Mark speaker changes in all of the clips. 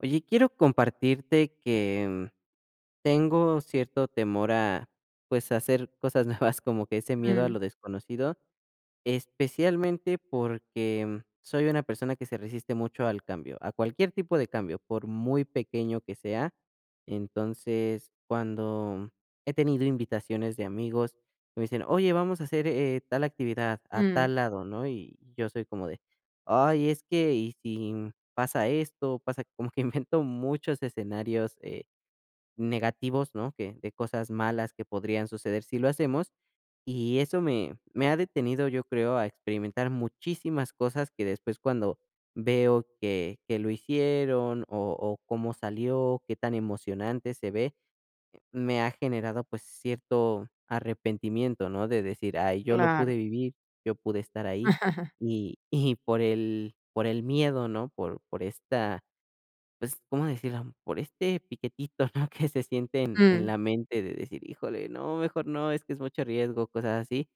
Speaker 1: Oye, quiero compartirte que tengo cierto temor a, pues, hacer cosas nuevas, como que ese miedo a lo
Speaker 2: Mm,
Speaker 1: desconocido. Especialmente porque soy una persona que se resiste mucho al cambio, a cualquier tipo de cambio, por muy pequeño que sea. Entonces, cuando he tenido invitaciones de amigos que me dicen: "Oye, vamos a hacer tal actividad a
Speaker 2: mm,
Speaker 1: tal lado", ¿no? Y yo soy como de: "Ay, es que, ¿y si pasa esto?". Pasa como que invento muchos escenarios negativos, ¿no? Que de cosas malas que podrían suceder si lo hacemos. Y eso me ha detenido, yo creo, a experimentar muchísimas cosas que después, cuando veo que lo hicieron, o cómo salió, qué tan emocionante se ve, me ha generado, pues, cierto arrepentimiento, ¿no? De decir: "Ay, yo lo
Speaker 2: claro.
Speaker 1: pude vivir, yo pude estar ahí". Y por el miedo, ¿no? Por esta, pues, ¿cómo decirlo? Por este piquetito, ¿no? Que se siente en
Speaker 2: Mm,
Speaker 1: la mente, de decir: "Híjole, no, mejor no, es que es mucho riesgo", cosas así,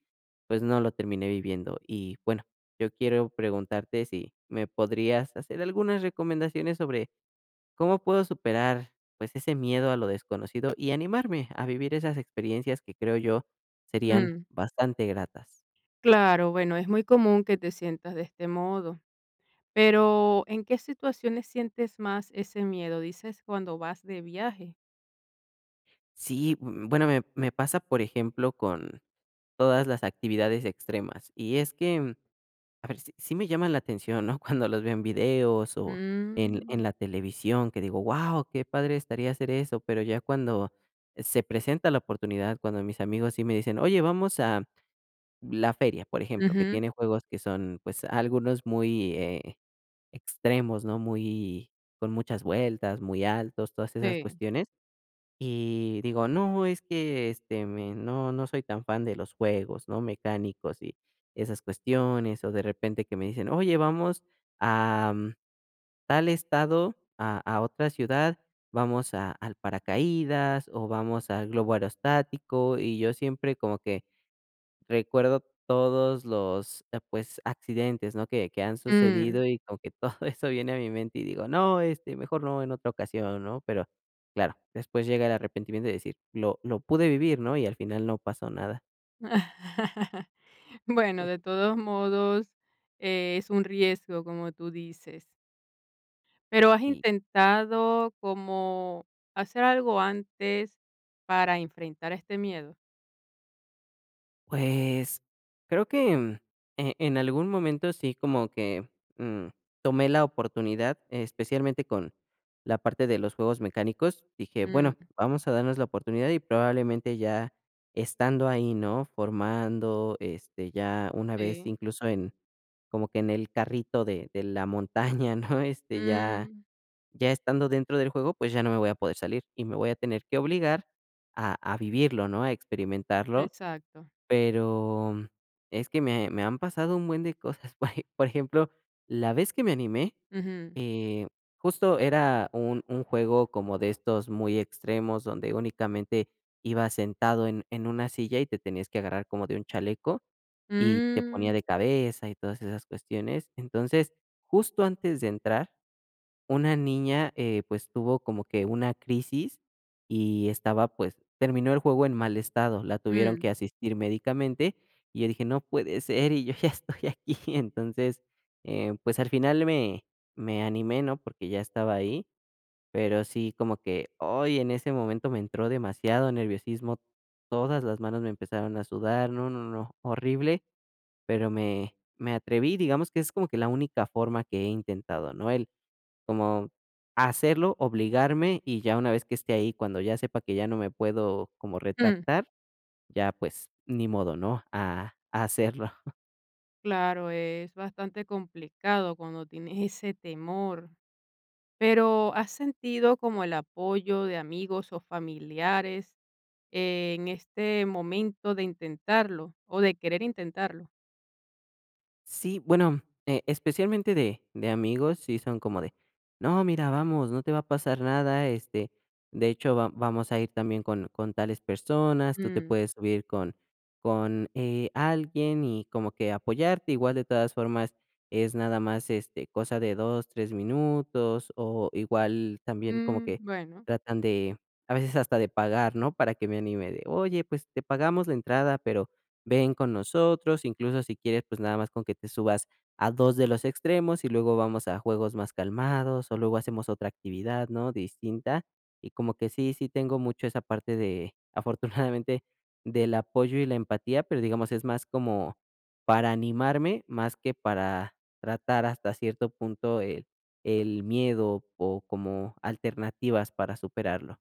Speaker 1: pues no lo terminé viviendo. Y bueno, yo quiero preguntarte si me podrías hacer algunas recomendaciones sobre cómo puedo superar, pues, ese miedo a lo desconocido y animarme a vivir esas experiencias que creo yo serían
Speaker 2: mm,
Speaker 1: bastante gratas.
Speaker 2: claro, bueno, es muy común que te sientas de este modo. Pero, ¿en qué situaciones sientes más ese miedo? Dices cuando vas de viaje.
Speaker 1: Sí, bueno, me pasa, por ejemplo, con todas las actividades extremas, y es que a ver, sí sí me llaman la atención, ¿no? Cuando los veo en videos o en
Speaker 2: Mm,
Speaker 1: en la televisión, que digo: "Guau, qué padre estaría hacer eso". Pero ya, cuando se presenta la oportunidad, cuando mis amigos sí me dicen: "Oye, vamos a la feria", por ejemplo, que
Speaker 2: ujú,
Speaker 1: tiene juegos que son, pues, algunos muy, extremos, ¿no? Muy con muchas vueltas, muy altos, todas esas
Speaker 2: sí.
Speaker 1: cuestiones. Y digo: "No, es que, este, me no no soy tan fan de los juegos, ¿no?, mecánicos y esas cuestiones". O de repente que me dicen: "Oye, vamos a, tal estado, a otra ciudad, vamos a al paracaídas, o vamos al globo aerostático", y yo siempre como que recuerdo todos los, pues, accidentes, ¿no?, que han
Speaker 2: Mm.
Speaker 1: sucedido, y como que todo eso viene a mi mente y digo: "No, este, mejor no, en otra ocasión", ¿no? Pero claro, después llega el arrepentimiento de decir: "Lo pude vivir", ¿no? Y al final no pasó nada.
Speaker 2: Bueno, de todos modos, es un riesgo, como tú dices. Pero, ¿has
Speaker 1: Y
Speaker 2: intentado como hacer algo antes para enfrentar este miedo?
Speaker 1: pues, creo que, en algún momento sí, como que, mm, tomé la oportunidad, especialmente con la parte de los juegos mecánicos. Dije: "Bueno,
Speaker 2: Mm,
Speaker 1: vamos a darnos la oportunidad", y probablemente ya estando ahí, ¿no?, formando, este, ya una vez
Speaker 2: sí.
Speaker 1: incluso en, como que en el carrito de la montaña, ¿no?, este, ya
Speaker 2: Mm,
Speaker 1: ya estando dentro del juego, pues, ya no me voy a poder salir, y me voy a tener que obligar a vivirlo, ¿no?, a experimentarlo.
Speaker 2: exacto.
Speaker 1: Pero es que me han pasado un buen de cosas. Por ejemplo, la vez que me animé,
Speaker 2: Ujú.
Speaker 1: eh, justo era un juego como de estos muy extremos, donde únicamente ibas sentado en una silla y te tenías que agarrar como de un chaleco, y te ponía
Speaker 2: Mm,
Speaker 1: de cabeza y todas esas cuestiones. Entonces, justo antes de entrar, una niña, pues, tuvo como que una crisis y estaba, pues, terminó el juego en mal estado, la tuvieron que
Speaker 2: mm,
Speaker 1: asistir médicamente, y yo dije: "No puede ser, y yo ya estoy aquí". Entonces, pues, al final me animé, ¿no? Porque ya estaba ahí, pero sí, como que, hoy en ese momento me entró demasiado nerviosismo, todas las manos me empezaron a sudar. No, no, no, horrible, pero me atreví. Digamos que es como que la única forma que he intentado, ¿no? El, como, hacerlo, obligarme, y ya una vez que esté ahí, cuando ya sepa que ya no me puedo como
Speaker 2: mm.
Speaker 1: retractar, ya, pues, ni modo, ¿no?, a hacerlo.
Speaker 2: Claro, es bastante complicado cuando tienes ese temor. Pero, ¿has sentido como el apoyo de amigos o familiares en este momento de intentarlo o de querer intentarlo?
Speaker 1: Sí, bueno, especialmente de amigos, sí son como de: "No, mira, vamos, no te va a pasar nada, este, de hecho, va vamos a ir también con tales personas, tú te
Speaker 2: Mm,
Speaker 1: puedes subir con, alguien, y como que apoyarte". Igual, de todas formas, es nada más, este, cosa de 2 3 minutos, o igual también como
Speaker 2: mm,
Speaker 1: que
Speaker 2: bueno,
Speaker 1: tratan de, a veces hasta de pagar, ¿no? Para que me anime, de: "Oye, pues, te pagamos la entrada, pero ven con nosotros, incluso si quieres, pues nada más con que te subas a 2 de los extremos, y luego vamos a juegos más calmados, o luego hacemos otra actividad", ¿no?, distinta. Y como que sí, sí tengo mucho esa parte de, afortunadamente, del apoyo y la empatía, pero, digamos, es más como para animarme, más que para tratar, hasta cierto punto, el miedo, o como alternativas para superarlo.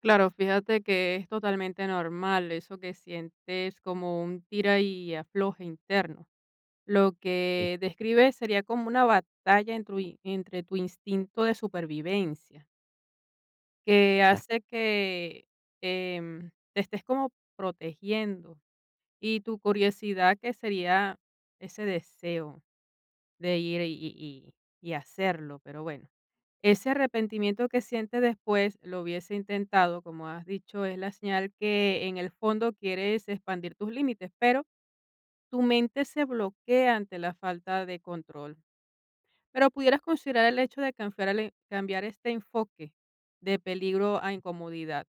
Speaker 2: claro, fíjate que es totalmente normal eso que sientes como un tira y afloje interno. Lo
Speaker 1: Sí,
Speaker 2: que describes sería como una batalla en tu entre tu instinto de supervivencia, que
Speaker 1: exacto,
Speaker 2: hace que te estés como protegiendo y tu curiosidad que sería ese deseo de ir y hacerlo, pero bueno, ese arrepentimiento que sientes después lo hubiese intentado, como has dicho, es la señal que en el fondo quieres expandir tus límites, pero tu mente se bloquea ante la falta de control. Pero, ¿pudieras considerar el hecho de cambiar este enfoque de peligro a incomodidad?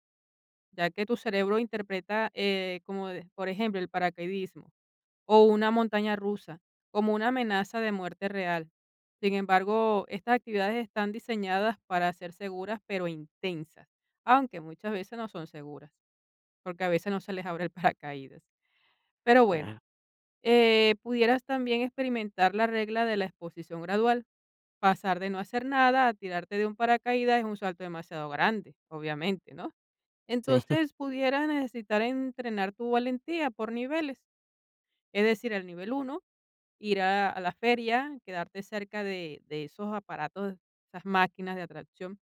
Speaker 2: Ya que tu cerebro interpreta, como de por ejemplo, el paracaidismo o una montaña rusa como una amenaza de muerte real. Sin embargo, estas actividades están diseñadas para ser seguras, pero intensas, aunque muchas veces no son seguras, porque a veces no se les abre el paracaídas. Pero bueno,
Speaker 1: claro.
Speaker 2: pudieras también experimentar la regla de la exposición gradual. Pasar de no hacer nada a tirarte de un paracaídas es un salto demasiado grande, obviamente, ¿no?
Speaker 1: Sí,
Speaker 2: Entonces, pudieras necesitar entrenar tu valentía por niveles, es decir, el nivel uno ir a la feria, quedarte cerca de esos aparatos, esas máquinas de atracción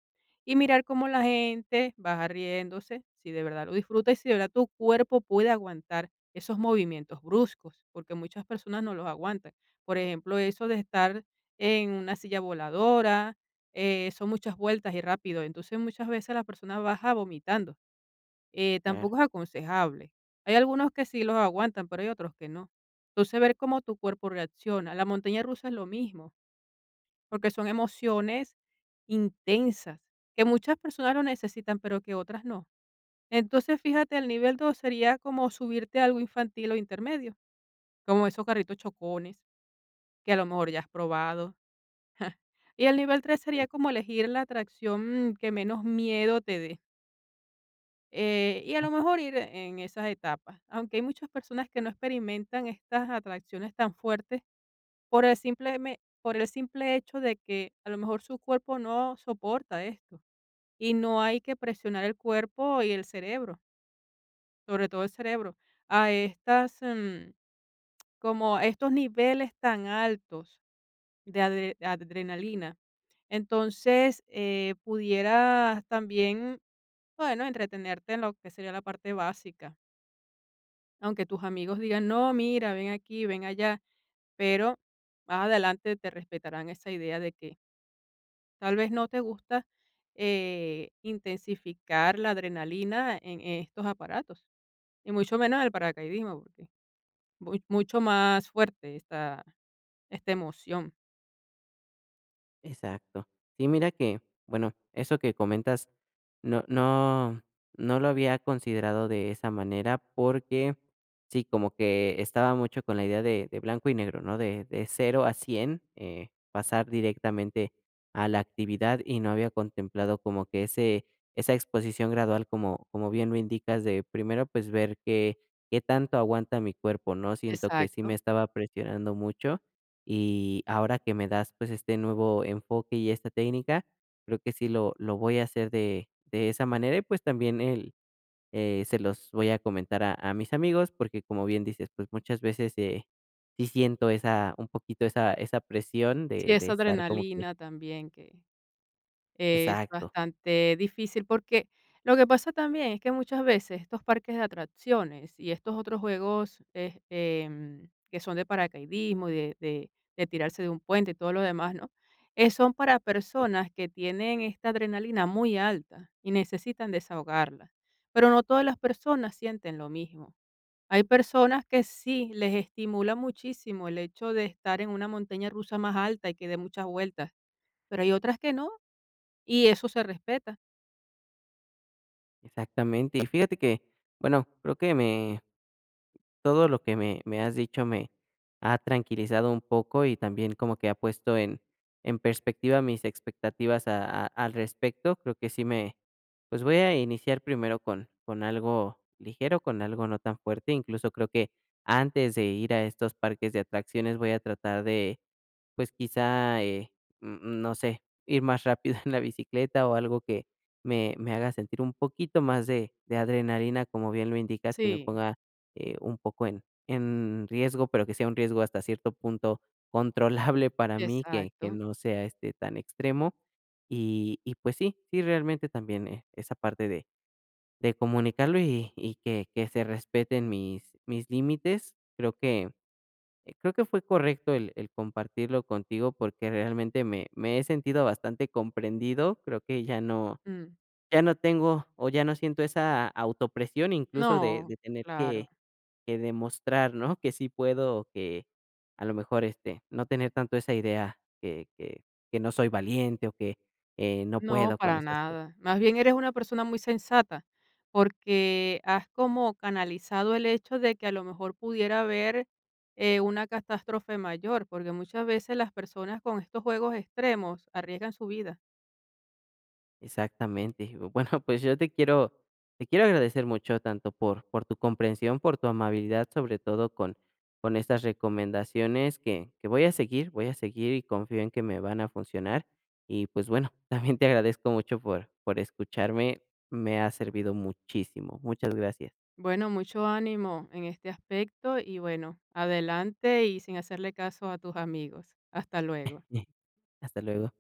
Speaker 2: y mirar cómo la gente va riéndose, si de verdad lo disfruta y si de verdad tu cuerpo puede aguantar esos movimientos bruscos, porque muchas personas no los aguantan. Por ejemplo, eso de estar en una silla voladora, son muchas vueltas y rápido, entonces muchas veces la persona baja vomitando.
Speaker 1: claro.
Speaker 2: Tampoco es aconsejable. Hay algunos que sí los aguantan, pero hay otros que no. Entonces, ver cómo tu cuerpo reacciona. La montaña rusa es lo mismo, porque son emociones intensas, que muchas personas lo necesitan, pero que otras no. Entonces, fíjate, el nivel 2 sería como subirte a algo infantil o intermedio, como esos carritos chocones, que a lo mejor ya has probado. Y el nivel 3 sería como elegir la atracción que menos miedo te dé. Y a lo mejor ir en esas etapas, aunque hay muchas personas que no experimentan estas atracciones tan fuertes por el simple por el simple hecho de que a lo mejor su cuerpo no soporta esto y no hay que presionar el cuerpo y el cerebro, sobre todo el cerebro, a estas como a estos niveles tan altos de adrenalina. Entonces, pudieras también, bueno, entretenerte en lo que sería la parte básica. Aunque tus amigos digan: "No, mira, ven aquí, ven allá", pero más adelante te respetarán esa idea de que tal vez no te gusta, intensificar la adrenalina en estos aparatos, y mucho menos el paracaidismo, porque mu mucho más fuerte esta emoción.
Speaker 1: Exacto. Sí, mira que, bueno, eso que comentas, no, no, no lo había considerado de esa manera, porque sí, como que estaba mucho con la idea de, blanco y negro, ¿no? De 0 a 100, pasar directamente a la actividad, y no había contemplado como que ese, esa exposición gradual, como bien lo indicas, de primero, pues, ver qué, qué tanto aguanta mi cuerpo, ¿no? Siento que sí me
Speaker 2: Exacto.
Speaker 1: estaba presionando mucho, y ahora que me das, pues, este nuevo enfoque y esta técnica, creo que sí lo voy a hacer de esa manera, y, pues, también se los voy a comentar a mis amigos, porque como bien dices, pues, muchas veces, sí siento esa un poquito esa presión
Speaker 2: Sí,
Speaker 1: de
Speaker 2: esa
Speaker 1: estar como que.
Speaker 2: adrenalina también que es
Speaker 1: Exacto,
Speaker 2: bastante difícil porque lo que pasa también es que muchas veces estos parques de atracciones y estos otros juegos que son de paracaidismo y de tirarse de un puente y todo lo demás, ¿no? Son para
Speaker 1: sí,
Speaker 2: personas que tienen esta adrenalina muy alta y necesitan desahogarla. Pero no todas las personas sienten lo mismo. Hay personas que sí les estimula muchísimo el hecho de estar en una montaña rusa más alta y que dé muchas vueltas, pero hay otras que no y eso se respeta.
Speaker 1: exactamente. Y fíjate que, bueno, creo que me todo lo que me has dicho me ha tranquilizado un poco, y también como que ha puesto en perspectiva mis expectativas a al respecto. Creo que sí me pues, voy a iniciar primero con algo ligero, con algo no tan fuerte. Incluso creo que antes de ir a estos parques de atracciones voy a tratar de, pues, quizá, n no sé, ir más rápido en la bicicleta, o algo que me haga sentir un poquito más de adrenalina, como bien lo indicas, que me
Speaker 2: Sí,
Speaker 1: ponga, un poco en riesgo, pero que sea un riesgo, hasta cierto punto, controlable para mí, que
Speaker 2: exacto.
Speaker 1: no sea, este, tan extremo. Y pues sí, sí, realmente también, esa parte de comunicarlo, y que se respeten mis límites. Creo que creo que fue correcto el compartirlo contigo, porque realmente me he sentido bastante comprendido. Creo que ya no
Speaker 2: Mm,
Speaker 1: ya no tengo, o ya no siento esa autopresión, incluso de
Speaker 2: no,
Speaker 1: de tener
Speaker 2: claro,
Speaker 1: que demostrar, ¿no? Que sí puedo, o que a lo mejor, este, no tener tanto esa idea que no soy valiente, o que, no
Speaker 2: no,
Speaker 1: puedo con
Speaker 2: para
Speaker 1: esas cosas.
Speaker 2: nada. Más bien eres una persona muy sensata, porque has como canalizado el hecho de que a lo mejor pudiera haber, una catástrofe mayor, porque muchas veces las personas con estos juegos extremos arriesgan su vida.
Speaker 1: Exactamente. Bueno, pues yo te quiero agradecer mucho, tanto por, tu comprensión, por tu amabilidad, sobre todo con estas recomendaciones que voy a seguir, y confío en que me van a funcionar. Y pues bueno, también te agradezco mucho por, escucharme. Me ha servido muchísimo. Muchas gracias.
Speaker 2: Bueno, mucho ánimo en este aspecto y bueno, adelante y sin hacerle caso a tus amigos. Hasta luego.
Speaker 1: Hasta luego.